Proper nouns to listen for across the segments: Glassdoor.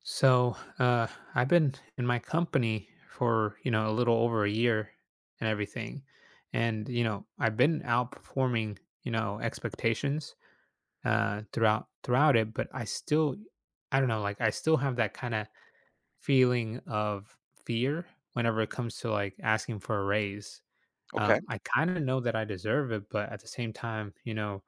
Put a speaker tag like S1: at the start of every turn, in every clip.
S1: So, uh, I've been in my company for, you know, a little over a year and everything. And, you know, I've been outperforming, you know, expectations throughout it, but I still I don't know, like I still have that kind of feeling of fear whenever it comes to like asking for a raise.
S2: Okay.
S1: I kinda know that I deserve it, but at the same time, you know,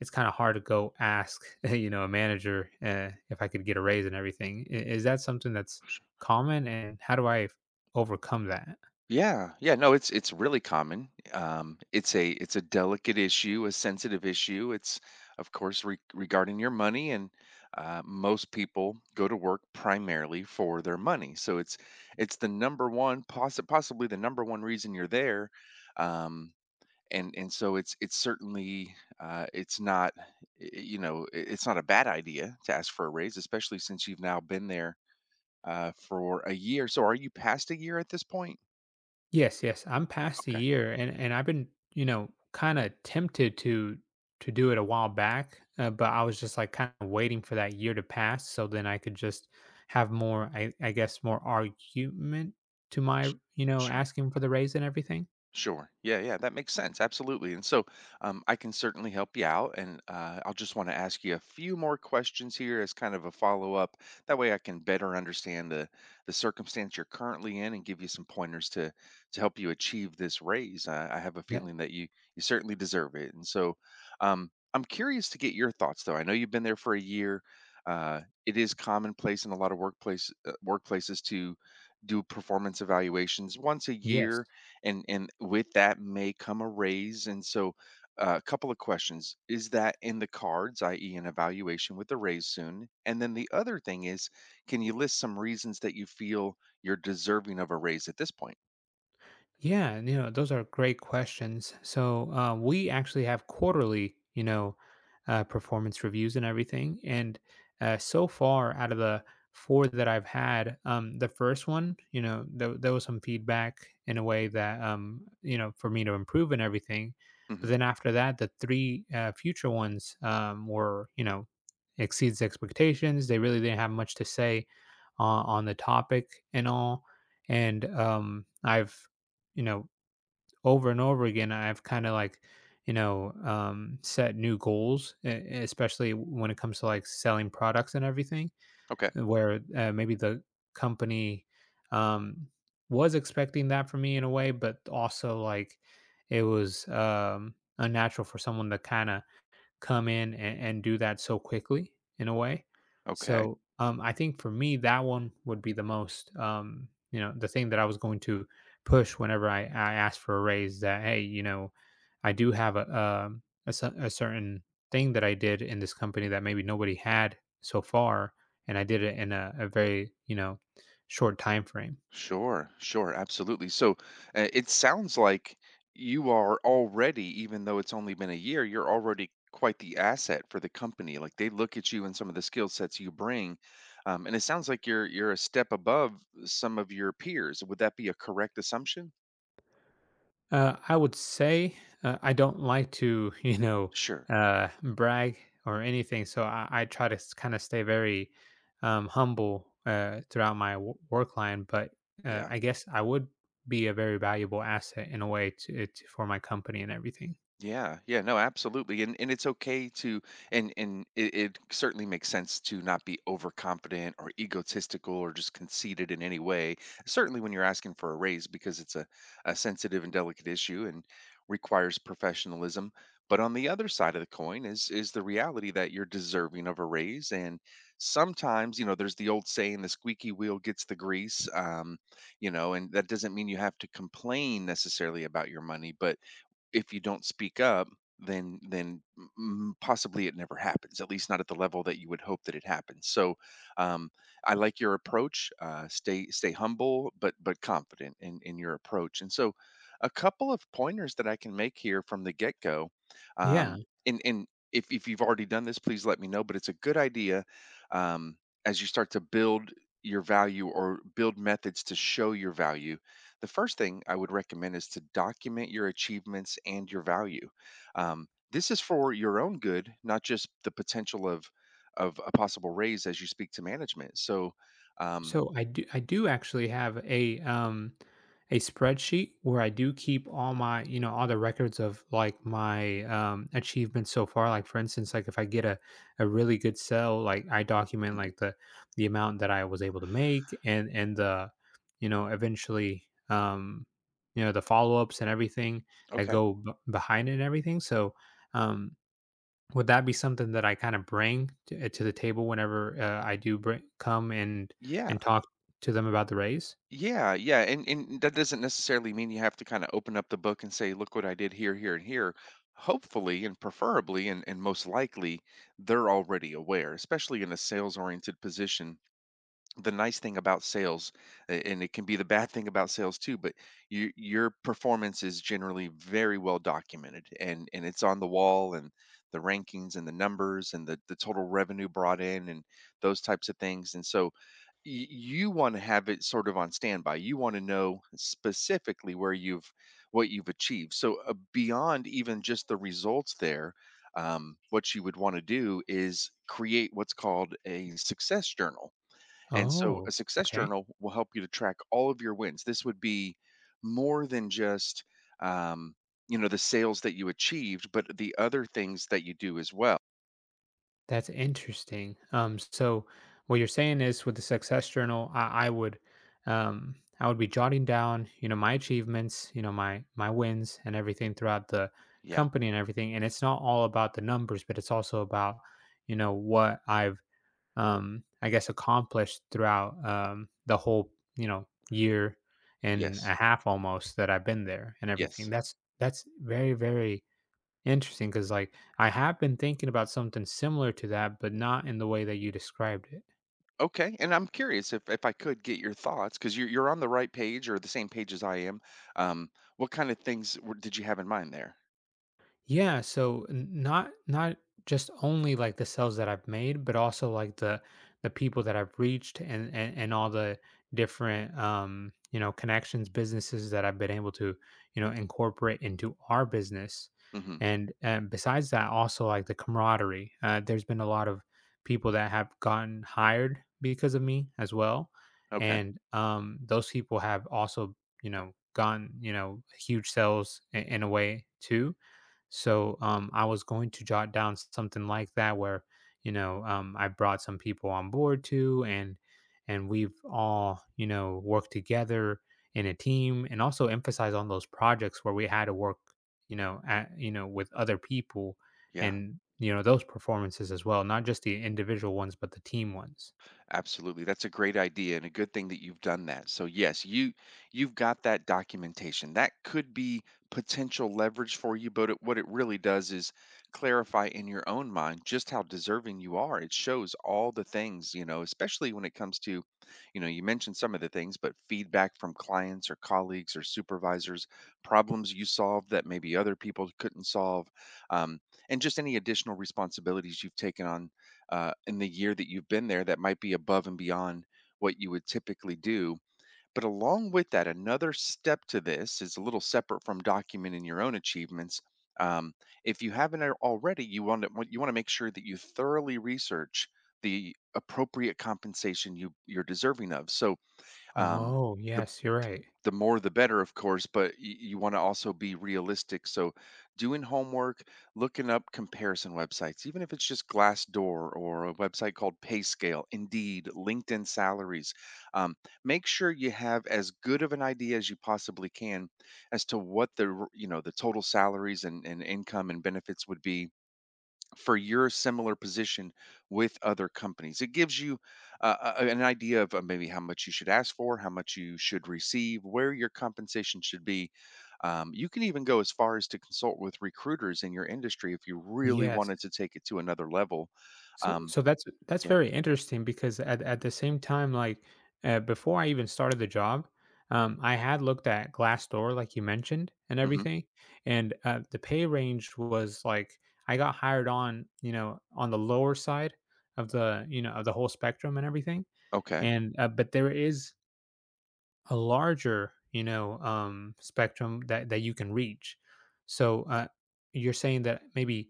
S1: it's kinda hard to go ask, you know, a manager, eh, if I could get a raise and everything. I Is that something that's
S2: Sh-
S1: common, and how do I f overcome that?
S2: Yeah. Yeah. No, it's really common. It's a delicate issue, a sensitive issue. It's of course regarding your money, and most people go to work primarily for their money. So it's the number one, possibly the number one reason you're there. Um, and so it's certainly, it's not it's not a bad idea to ask for a raise, especially since you've now been there, for a year. So are you past a year at this point?
S1: Yes, yes, I'm past a
S2: Okay.
S1: year, and I've been, you know, kinda tempted to do it a while back, but I was just, like, kinda waiting for that year to pass so then I could just have more, I guess, more argument to my,
S2: Sh-
S1: you know,
S2: Sure.
S1: asking for the raise and everything.
S2: Sure. Yeah, yeah, that makes sense. Absolutely. And so, I can certainly help you out. And I'll just want to ask you a few more questions here as kind of a follow up. That way I can better understand the, circumstance you're currently in and give you some pointers to, help you achieve this raise. I have a
S1: Yeah.
S2: feeling that you certainly deserve it. And so, I'm curious to get your thoughts, though. I know you've been there for a year. It is commonplace in a lot of workplace, workplaces to do performance evaluations once a
S1: Yes.
S2: year, and with that may come a raise. And so, a couple of questions. Is that in the cards, i.e. an evaluation with a raise soon? And then the other thing is, can you list some reasons that you feel you're deserving of a raise at this point?
S1: Yeah, and, you know, those are great questions. So we actually have quarterly, you know, performance reviews and everything. And so far, out of the four that I've had, the first one, you know, there was some feedback in a way that, you know, for me to improve and everything. But
S2: Hmm.
S1: then after that, the three future ones were, you know, exceeds expectations. They really didn't have much to say on the topic and all and I've you know, over and over again, I've kind of like, you know, set new goals, especially when it comes to like selling products and everything,
S2: Okay.
S1: where maybe the company um, was expecting that from me in a way, but also like it was unnatural for someone to kind of come in and do that so quickly in a way.
S2: Okay.
S1: So I think for me, that one would be the most, you know, the thing that I was going to push whenever I asked for a raise that, hey, you know, I do have a certain thing that I did in this company that maybe nobody had so far. And I did it in a very, you know, short time frame.
S2: Sure, sure, absolutely. So, it sounds like you are already, even though it's only been a year, you're already quite the asset for the company. Like they look at you and some of the skill sets you bring, and it sounds like you're a step above some of your peers. Would that be a correct assumption?
S1: I would say I don't like to, you know,
S2: Sure.
S1: brag or anything. So I try to kind of stay very humble throughout my work line. But
S2: Yeah.
S1: I guess I would be a very valuable asset in a way to, it for my company and everything.
S2: Yeah, yeah, no, absolutely. And it's okay to, and it certainly makes sense to not be overconfident or egotistical or just conceited in any way. Certainly when you're asking for a raise, because it's a sensitive and delicate issue and requires professionalism. But on the other side of the coin is the reality that you're deserving of a raise. And sometimes, you know, there's the old saying, the squeaky wheel gets the grease. And that doesn't mean you have to complain necessarily about your money, but if you don't speak up, then possibly it never happens. At least not at the level that you would hope that it happens. So, um, I like your approach. Stay humble, but confident in your approach. And so, a couple of pointers that I can make here from the get go.
S1: Yeah.
S2: Um, and if you've already done this, please let me know. But it's a good idea, um, as you start to build your value or build methods to show your value, the first thing I would recommend is to document your achievements and your value. This is for your own good, not just the potential of a possible raise as you speak to management. So. um,
S1: So I do actually have a a spreadsheet where I do keep all my, you know, all the records of like my achievements so far. Like for instance, like if I get a really good sell, like I document
S2: mhm.
S1: like the amount that I was able to make and the you know, eventually you know, the follow-ups and everything that
S2: Okay.
S1: go behind it and everything. So um would that be something that I kind of bring to the table whenever I do bring, come
S2: Yeah,
S1: and talk to them about the raise?
S2: yeah, yeah. And that doesn't necessarily mean you have to kind of open up the book and say, "Look what I did here, here, and here." Hopefully, and preferably, and most likely, they're already aware, especially in a sales oriented position. The nice thing about sales, and it can be the bad thing about sales too, but your performance is generally very well documented, and it's on the wall, and the rankings and the numbers and the, total revenue brought in, and those types of things. And so, you want to have it sort of on standby. You want to know specifically where you've what you've achieved. So, beyond even just the results there, what you would want to do is create what's called a success journal. And so a
S1: Oh,
S2: success
S1: okay.
S2: journal will help you to track all of your wins. This would be more than just, um, the sales that you achieved, but the other things that you do as well.
S1: That's interesting. So what you're saying is with the success journal, I would be jotting down, you know, my achievements, you know, my wins and everything throughout the
S2: Yeah.
S1: company and everything. And it's not all about the numbers, but it's also about, you know, what I've I guess, accomplished throughout the whole, you know, year and
S2: Yes.
S1: a half almost that I've been there and everything.
S2: Yes.
S1: That's very very interesting because like I have been thinking about something similar to that, but not in the way that you described it.
S2: Okay. And I'm curious, if I could get your thoughts, because you're on the right page or the same page as I am. Um, what kind of things did you have in mind there?
S1: Yeah, so not not just only like the sales that I've made, but also like the people that I've reached and all the different you know connections, businesses that I've been able to you know incorporate into our business.
S2: Hmm.
S1: And besides that, also like the camaraderie. There's been a lot of people that have gotten hired because of me as well,
S2: Okay.
S1: and those people have also you know gotten you know huge sales in a way too. So I was going to jot down something like that, where you know I brought some people on board too, and we've all you know worked together in a team, and also emphasize on those projects where we had to work, you know, at, you know with other people,
S2: Yeah.
S1: and you know those performances as well, not just the individual ones, but the team ones.
S2: Absolutely. That's a great idea, and a good thing that you've done that. So yes, you've got that documentation. That could be potential leverage for you, but what it really does is clarify in your own mind just how deserving you are. It shows all the things, especially when it comes to, you mentioned some of the things, but feedback from clients or colleagues or supervisors, problems you solved that maybe other people couldn't solve, um, and just any additional responsibilities you've taken on, in the year that you've been there, that might be above and beyond what you would typically do. But along with that, another step to this is a little separate from documenting your own achievements. Um, if you haven't already, you want to make sure that you thoroughly research the appropriate compensation you're deserving of. So, um,
S1: Oh
S2: the
S1: yes, you're right.
S2: the more the better, of course, but, you want to also be realistic. So, doing homework, looking up comparison websites, even if it's just Glassdoor or a website called PayScale, Indeed, LinkedIn Salaries, um, make sure you have as good of an idea as you possibly can as to what the r- you know the total salaries and, income and benefits would be for your similar position with other companies. It gives you, an idea of, maybe how much you should ask for, how much you should receive, where your compensation should be. You can even go as far as to consult with recruiters in your industry if you really
S1: Yes.
S2: wanted to take it to another level.
S1: So
S2: Um,
S1: so that's
S2: yeah.
S1: very interesting because at the same time, like before I even started the job, I had looked at Glassdoor, like you mentioned, and
S2: Hmm.
S1: everything, and the pay range was like I got hired on, you know, on the lower side of the you know of the whole spectrum and everything,
S2: Okay.
S1: and but there is a larger you know spectrum that that you can reach. So you're saying that maybe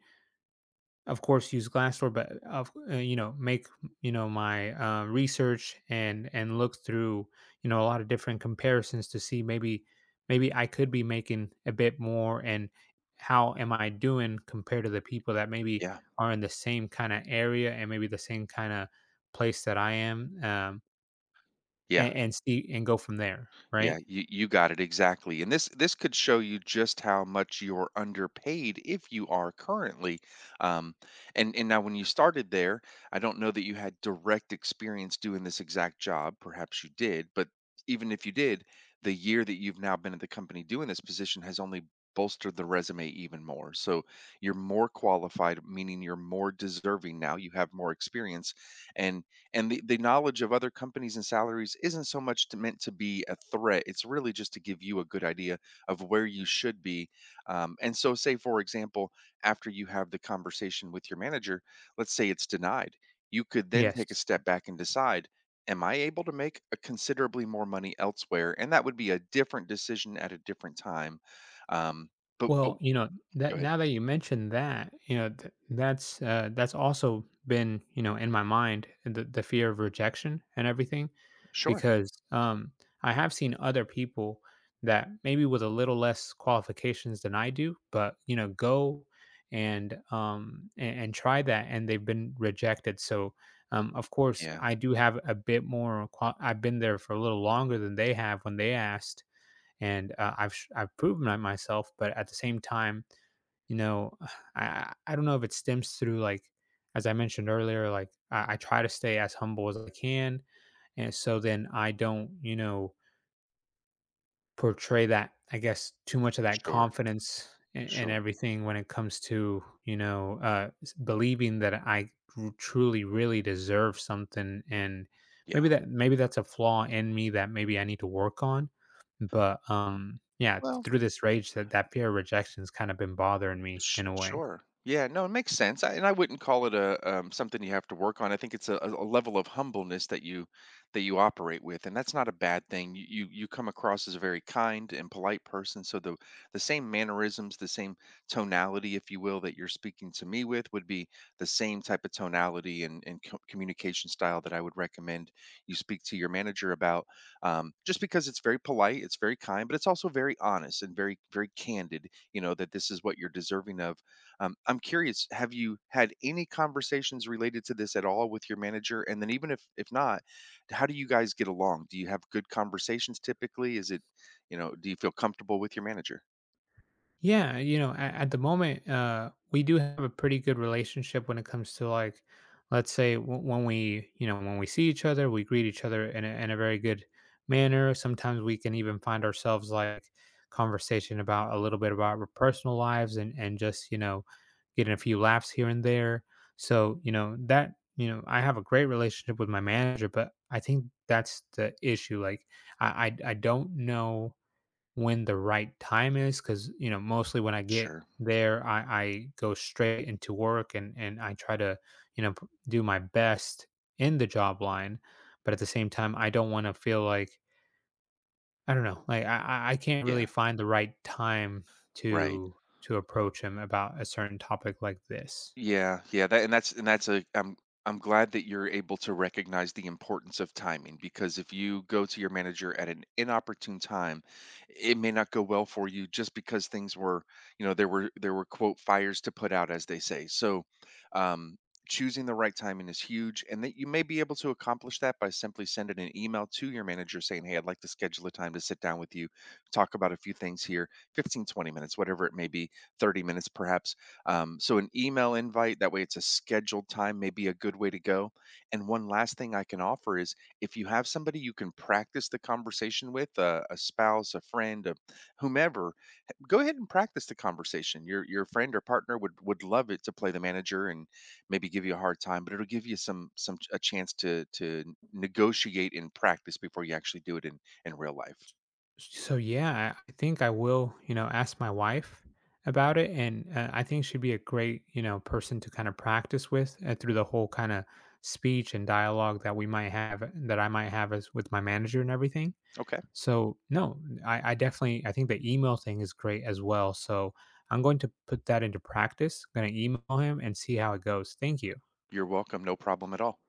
S1: of course use Glassdoor but of you know make you know my research and look through you know a lot of different comparisons to see maybe maybe I could be making a bit more and how am I doing compared to the people that maybe
S2: Yeah.
S1: are in the same kind of area and maybe the same kind of place that I am,
S2: Yeah.
S1: and see and go from there,
S2: Yeah,
S1: right?
S2: you got it exactly. And this could show you just how much you're underpaid if you are currently. Um, and now when you started there, I don't know that you had direct experience doing this exact job. Perhaps you did, but even if you did, the year that you've now been at the company doing this position has only bolstered the resume even more. So you're more qualified, meaning you're more deserving now. You have more experience, and and the, knowledge of other companies and salaries isn't so much meant to be a threat. It's really just to give you a good idea of where you should be. And so, say for example, after you have the conversation with your manager, let's say it's denied. You could then take a
S1: Yes.
S2: step back and decide, am I able to make a considerably more money elsewhere? And that would be a different decision at a different time. um, but,
S1: Well, you know,
S2: go
S1: that
S2: ahead.
S1: now that you mentioned that, you know, that's also been, you know, in my mind the fear of rejection and everything
S2: Sure.
S1: because I have seen other people that maybe with a little less qualifications than I do, but you know, go and and try that and they've been rejected. So of course,
S2: Yeah.
S1: I do have a bit more I've been there for a little longer than they have when they asked and I've I've proven that myself. But at the same time, you know, I don't know if it stems through like as I mentioned earlier, like I try to stay as humble as I can, and so then I don't, you know, portray that, I guess, too much of that
S2: Sure.
S1: confidence a and
S2: Sure.
S1: everything when it comes to, you know, s believing that I r truly really deserve something, and
S2: Yeah.
S1: maybe that maybe that's a flaw in me that maybe I need to work on, but, yeah,
S2: Well.
S1: through this rage, that that fear of rejection's kinda been bothering me
S2: Sh
S1: in a way.
S2: Sure. Yeah, no, it makes sense. I And I wouldn't call it something you have to work on. I think it's a level of humbleness that you operate with, and that's not a bad thing. You come across as a very kind and polite person, so the, same mannerisms, the same tonality, if you will, that you're speaking to me with would be the same type of tonality, and co communication style that I would recommend you speak to your manager about, just because it's very polite, it's very kind, but it's also very honest and very very candid. You know that this is what you're deserving of. I'm curious, have you had any conversations related to this at all with your manager? And then, even if not, how do you guys get along? Do you have good conversations typically? Is it, do you feel comfortable with your manager?
S1: Yeah, you know, at the moment, we do have a pretty good relationship when it comes to like, let's say when we, you know, when we see each other, we greet each other in in a very good manner. Sometimes we can even find ourselves like conversation about a little bit about our personal lives and just you know, getting a few laughs here and there. So you know that you know I have a great relationship with my manager, but I think that's the issue. Like I don't know when the right time is because you know mostly when I get
S2: Sure.
S1: there I go straight into work and I try to you know do my best in the job line but at the same time I don't want to feel like I don't know like I can't really
S2: Yeah.
S1: find the right time
S2: Right.
S1: to to approach him about a certain topic like this.
S2: Yeah, yeah, that and that's a I'm glad that you're able to recognize the importance of timing, because if you go to your manager at an inopportune time, it may not go well for you, just because things were, there were quote fires to put out, as they say. So, um choosing the right timing is huge. And that you may be able to accomplish that by simply sending an email to your manager saying, "Hey, I'd like to schedule a time to sit down with you, talk about a few things here, 15-20 minutes, whatever it may be, 30 minutes perhaps." So an email invite, that way it's a scheduled time, may be a good way to go. And one last thing I can offer is, if you have somebody you can practice the conversation with, a spouse, a friend, whomever, go ahead and practice the conversation. Your friend or partner would love it to play the manager and maybe give you a hard time, but it'll give you some a chance to negotiate in practice before you actually do it in real life.
S1: So yeah, I think I will, you know, ask my wife about it, and I think she'd be a great, you know, person to kind of practice with through the whole kind of speech and dialogue that we might have, that I might have as with my manager and everything.
S2: Okay.
S1: So no, I definitely, I think the email thing is great as well. So I'm going to put that into practice. Going to email him and see how it goes. Thank you.
S2: You're welcome. No problem at all.